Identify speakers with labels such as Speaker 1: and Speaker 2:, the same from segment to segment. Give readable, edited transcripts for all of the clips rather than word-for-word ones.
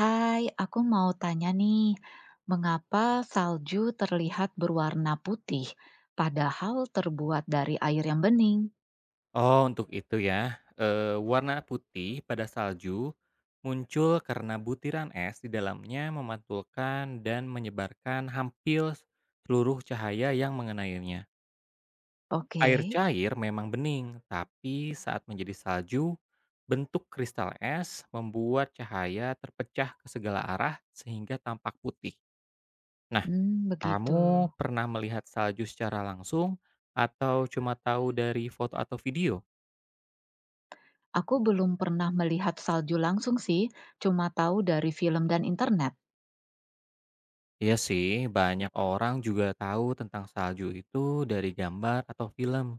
Speaker 1: Hai, aku mau tanya nih, mengapa salju terlihat berwarna putih, padahal terbuat dari air yang bening?
Speaker 2: Oh, untuk itu ya. Warna putih pada salju muncul karena butiran es di dalamnya memantulkan dan menyebarkan hampir seluruh cahaya yang mengenainya.
Speaker 1: Oke,
Speaker 2: Air cair memang bening, tapi saat menjadi salju, bentuk kristal es membuat cahaya terpecah ke segala arah sehingga tampak putih. Nah,
Speaker 1: hmm, begitu.
Speaker 2: kamu pernah melihat salju secara langsung atau cuma tahu dari foto atau video?
Speaker 1: Aku belum pernah melihat salju langsung sih, cuma tahu dari film dan internet.
Speaker 2: Iya sih, banyak orang juga tahu tentang salju itu dari gambar atau film.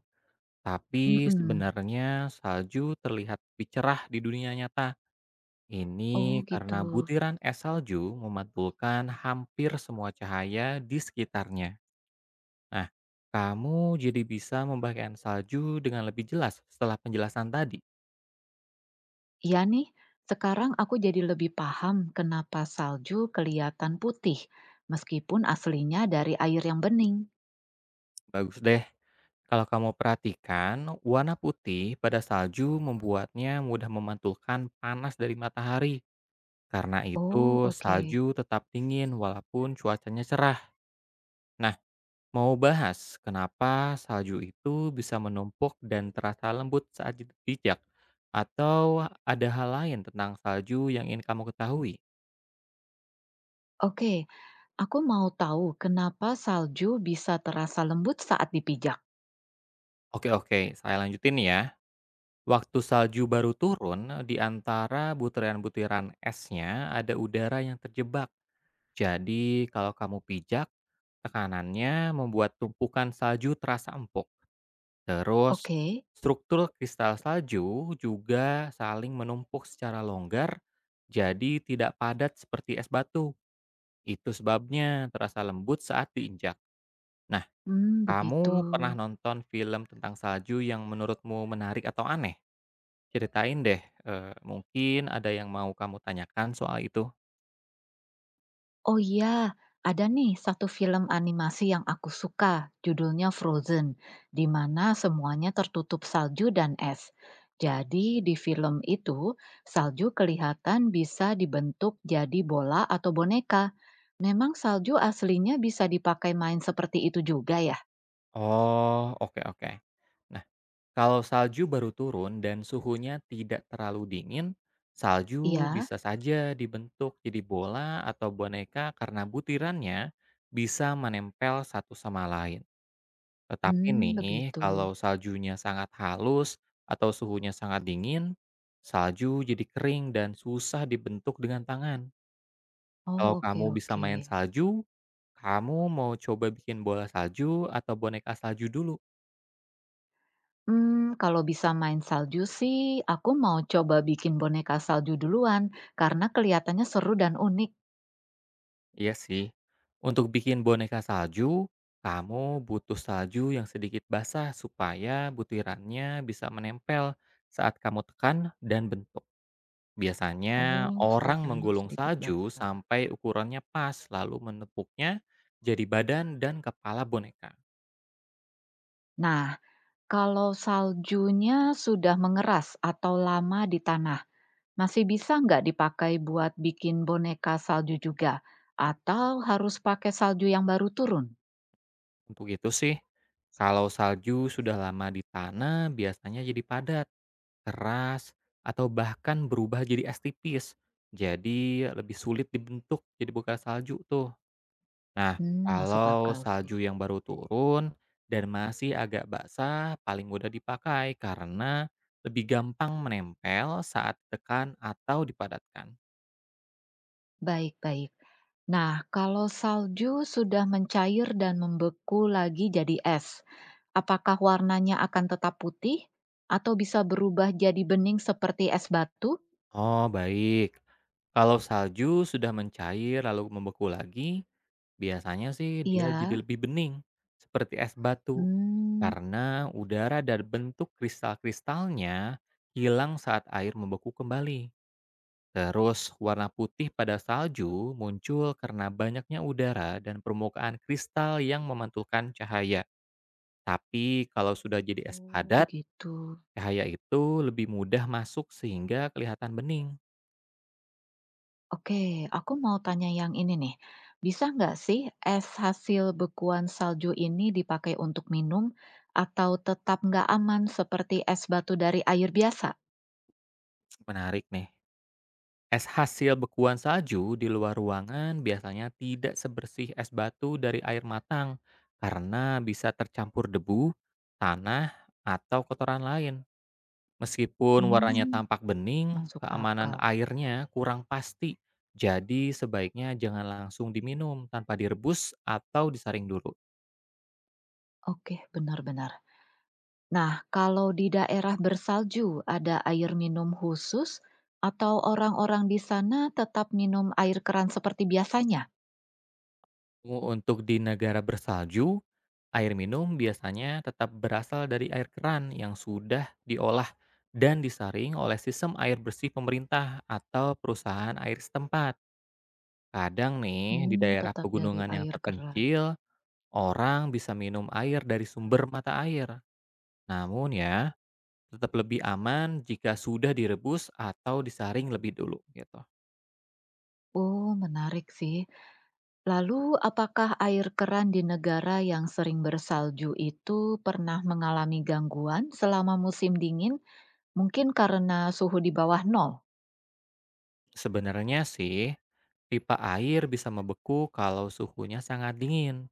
Speaker 2: Tapi
Speaker 1: Mm-mm.
Speaker 2: sebenarnya salju terlihat lebih cerah di dunia nyata.
Speaker 1: Oh
Speaker 2: Ini
Speaker 1: gitu.
Speaker 2: karena butiran es salju memantulkan hampir semua cahaya di sekitarnya. Nah, kamu jadi bisa membayangkan salju dengan lebih jelas setelah penjelasan tadi.
Speaker 1: Iya nih, sekarang aku jadi lebih paham kenapa salju kelihatan putih, meskipun aslinya dari air yang bening.
Speaker 2: Bagus deh. Kalau kamu perhatikan, warna putih pada salju membuatnya mudah memantulkan panas dari matahari. Karena itu,
Speaker 1: Oh, oke.
Speaker 2: salju tetap dingin walaupun cuacanya cerah. Nah, mau bahas kenapa salju itu bisa menumpuk dan terasa lembut saat dipijak? Atau ada hal lain tentang salju yang ingin kamu ketahui?
Speaker 1: Oke, aku mau tahu kenapa salju bisa terasa lembut saat dipijak.
Speaker 2: Oke, oke, saya lanjutin ya. Waktu salju baru turun, di antara butiran-butiran esnya ada udara yang terjebak. Jadi, kalau kamu pijak, tekanannya membuat tumpukan salju terasa empuk. Terus,
Speaker 1: Oke,
Speaker 2: struktur kristal salju juga saling menumpuk secara longgar, jadi tidak padat seperti es batu. Itu sebabnya terasa lembut saat diinjak. Nah,
Speaker 1: hmm,
Speaker 2: kamu
Speaker 1: begitu.
Speaker 2: pernah nonton film tentang salju yang menurutmu menarik atau aneh? Ceritain deh, eh, mungkin ada yang mau kamu tanyakan soal itu.
Speaker 1: Oh iya, ada nih satu film animasi yang aku suka, judulnya Frozen, di mana semuanya tertutup salju dan es. Jadi di film itu, salju kelihatan bisa dibentuk jadi bola atau boneka. Memang salju aslinya bisa dipakai main seperti itu juga ya?
Speaker 2: Oh, oke oke. Nah, kalau salju baru turun dan suhunya tidak terlalu dingin, salju
Speaker 1: Iya.
Speaker 2: bisa saja dibentuk jadi bola atau boneka karena butirannya bisa menempel satu sama lain. Tetapi
Speaker 1: Hmm,
Speaker 2: nih,
Speaker 1: begitu.
Speaker 2: kalau saljunya sangat halus atau suhunya sangat dingin, salju jadi kering dan susah dibentuk dengan tangan.
Speaker 1: Oh,
Speaker 2: Kalau
Speaker 1: oke
Speaker 2: kamu bisa
Speaker 1: oke.
Speaker 2: main salju, kamu mau coba bikin bola salju atau boneka salju dulu?
Speaker 1: Mmm, kalau bisa main salju sih, aku mau coba bikin boneka salju duluan, karena kelihatannya seru dan unik.
Speaker 2: Iya sih. Untuk bikin boneka salju, kamu butuh salju yang sedikit basah supaya butirannya bisa menempel saat kamu tekan dan bentuk. Biasanya
Speaker 1: Oh,
Speaker 2: orang
Speaker 1: saljunya
Speaker 2: menggulung
Speaker 1: sedikit
Speaker 2: salju
Speaker 1: basah.
Speaker 2: sampai ukurannya pas lalu menepuknya jadi badan dan kepala boneka.
Speaker 1: Nah, kalau saljunya sudah mengeras atau lama di tanah, masih bisa nggak dipakai buat bikin boneka salju juga? Atau harus pakai salju yang baru turun?
Speaker 2: Untuk itu sih, kalau salju sudah lama di tanah biasanya jadi padat, keras, atau bahkan berubah jadi es tipis. Jadi lebih sulit dibentuk jadi bukan salju tuh. Nah,
Speaker 1: Mmm, masuk
Speaker 2: kalau
Speaker 1: akal sih.
Speaker 2: salju yang baru turun dan masih agak basah paling mudah dipakai karena lebih gampang menempel saat tekan atau dipadatkan.
Speaker 1: Baik baik. Nah, kalau salju sudah mencair dan membeku lagi jadi es, apakah warnanya akan tetap putih atau bisa berubah jadi bening seperti es batu?
Speaker 2: Oh, baik. Kalau salju sudah mencair lalu membeku lagi, biasanya sih dia
Speaker 1: Iya.
Speaker 2: jadi lebih bening, seperti es batu.
Speaker 1: Hmm,
Speaker 2: Karena udara dan bentuk kristal-kristalnya hilang saat air membeku kembali. Terus warna putih pada salju muncul karena banyaknya udara dan permukaan kristal yang memantulkan cahaya. Tapi kalau sudah jadi es
Speaker 1: oh,
Speaker 2: padat,
Speaker 1: begitu.
Speaker 2: cahaya itu lebih mudah masuk sehingga kelihatan bening.
Speaker 1: Oke, aku mau tanya yang ini nih. Bisa nggak sih es hasil bekuan salju ini dipakai untuk minum atau tetap nggak aman seperti es batu dari air biasa?
Speaker 2: Menarik nih. Es hasil bekuan salju di luar ruangan biasanya tidak sebersih es batu dari air matang karena bisa tercampur debu, tanah, atau kotoran lain. Meskipun warnanya
Speaker 1: Hmm,
Speaker 2: tampak bening,
Speaker 1: masuk
Speaker 2: keamanan
Speaker 1: akal.
Speaker 2: airnya kurang pasti. Jadi sebaiknya jangan langsung diminum tanpa direbus atau disaring dulu.
Speaker 1: Oke, benar-benar. Nah, kalau di daerah bersalju ada air minum khusus atau orang-orang di sana tetap minum air keran seperti biasanya?
Speaker 2: Untuk di negara bersalju, air minum biasanya tetap berasal dari air keran yang sudah diolah dan disaring oleh sistem air bersih pemerintah atau perusahaan air setempat. Kadang nih, di
Speaker 1: Hmm,
Speaker 2: daerah
Speaker 1: tetap dari
Speaker 2: pegunungan yang
Speaker 1: air keran.
Speaker 2: terpencil, orang bisa minum air dari sumber mata air. Namun ya, tetap lebih aman jika sudah direbus atau disaring lebih dulu gitu.
Speaker 1: Oh, menarik sih. Lalu, apakah air keran di negara yang sering bersalju itu pernah mengalami gangguan selama musim dingin? Mungkin karena suhu di bawah nol.
Speaker 2: Sebenarnya sih, pipa air bisa membeku kalau suhunya sangat dingin.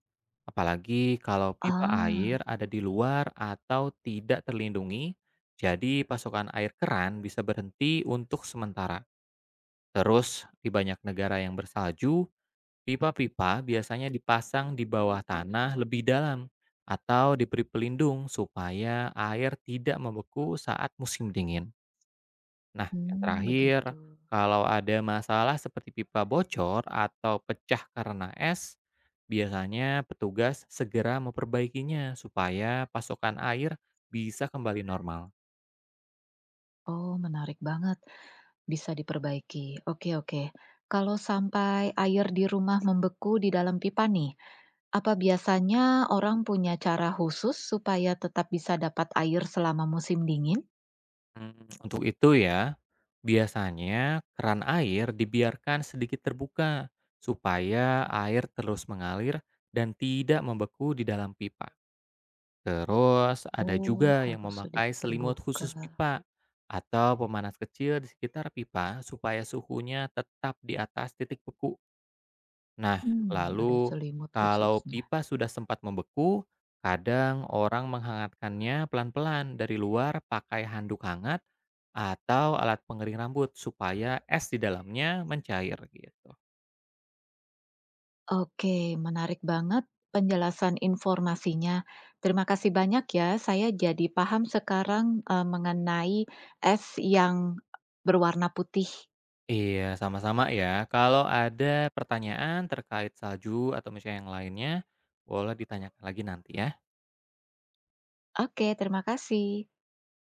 Speaker 2: Apalagi kalau pipa air
Speaker 1: Ah,
Speaker 2: ada di luar atau tidak terlindungi, jadi pasokan air keran bisa berhenti untuk sementara. Terus, di banyak negara yang bersalju, pipa-pipa biasanya dipasang di bawah tanah lebih dalam atau diberi pelindung supaya air tidak membeku saat musim dingin. Nah, yang
Speaker 1: hmm,
Speaker 2: terakhir,
Speaker 1: begitu.
Speaker 2: kalau ada masalah seperti pipa bocor atau pecah karena es, biasanya petugas segera memperbaikinya supaya pasokan air bisa kembali normal.
Speaker 1: Oh, menarik banget. Bisa diperbaiki. Oke oke. Kalau sampai air di rumah membeku di dalam pipa nih, apa biasanya orang punya cara khusus supaya tetap bisa dapat air selama musim dingin?
Speaker 2: Hmm, untuk itu ya, biasanya keran air dibiarkan sedikit terbuka supaya air terus mengalir dan tidak membeku di dalam pipa. Terus ada
Speaker 1: Oh,
Speaker 2: juga yang
Speaker 1: harus
Speaker 2: memakai
Speaker 1: sedikit
Speaker 2: selimut
Speaker 1: terbuka.
Speaker 2: khusus pipa atau pemanas kecil di sekitar pipa supaya suhunya tetap di atas titik beku. Nah,
Speaker 1: Hmm, ada
Speaker 2: lalu
Speaker 1: selimut
Speaker 2: kalau
Speaker 1: khususnya.
Speaker 2: pipa sudah sempat membeku, kadang orang menghangatkannya pelan-pelan dari luar pakai handuk hangat atau alat pengering rambut supaya es di dalamnya mencair gitu.
Speaker 1: Oke, menarik banget penjelasan informasinya. Terima kasih banyak ya. Saya jadi paham sekarang mengenai es yang berwarna putih.
Speaker 2: Iya, sama-sama ya. Kalau ada pertanyaan terkait salju atau misalnya yang lainnya, boleh ditanyakan lagi nanti ya.
Speaker 1: Oke, terima kasih.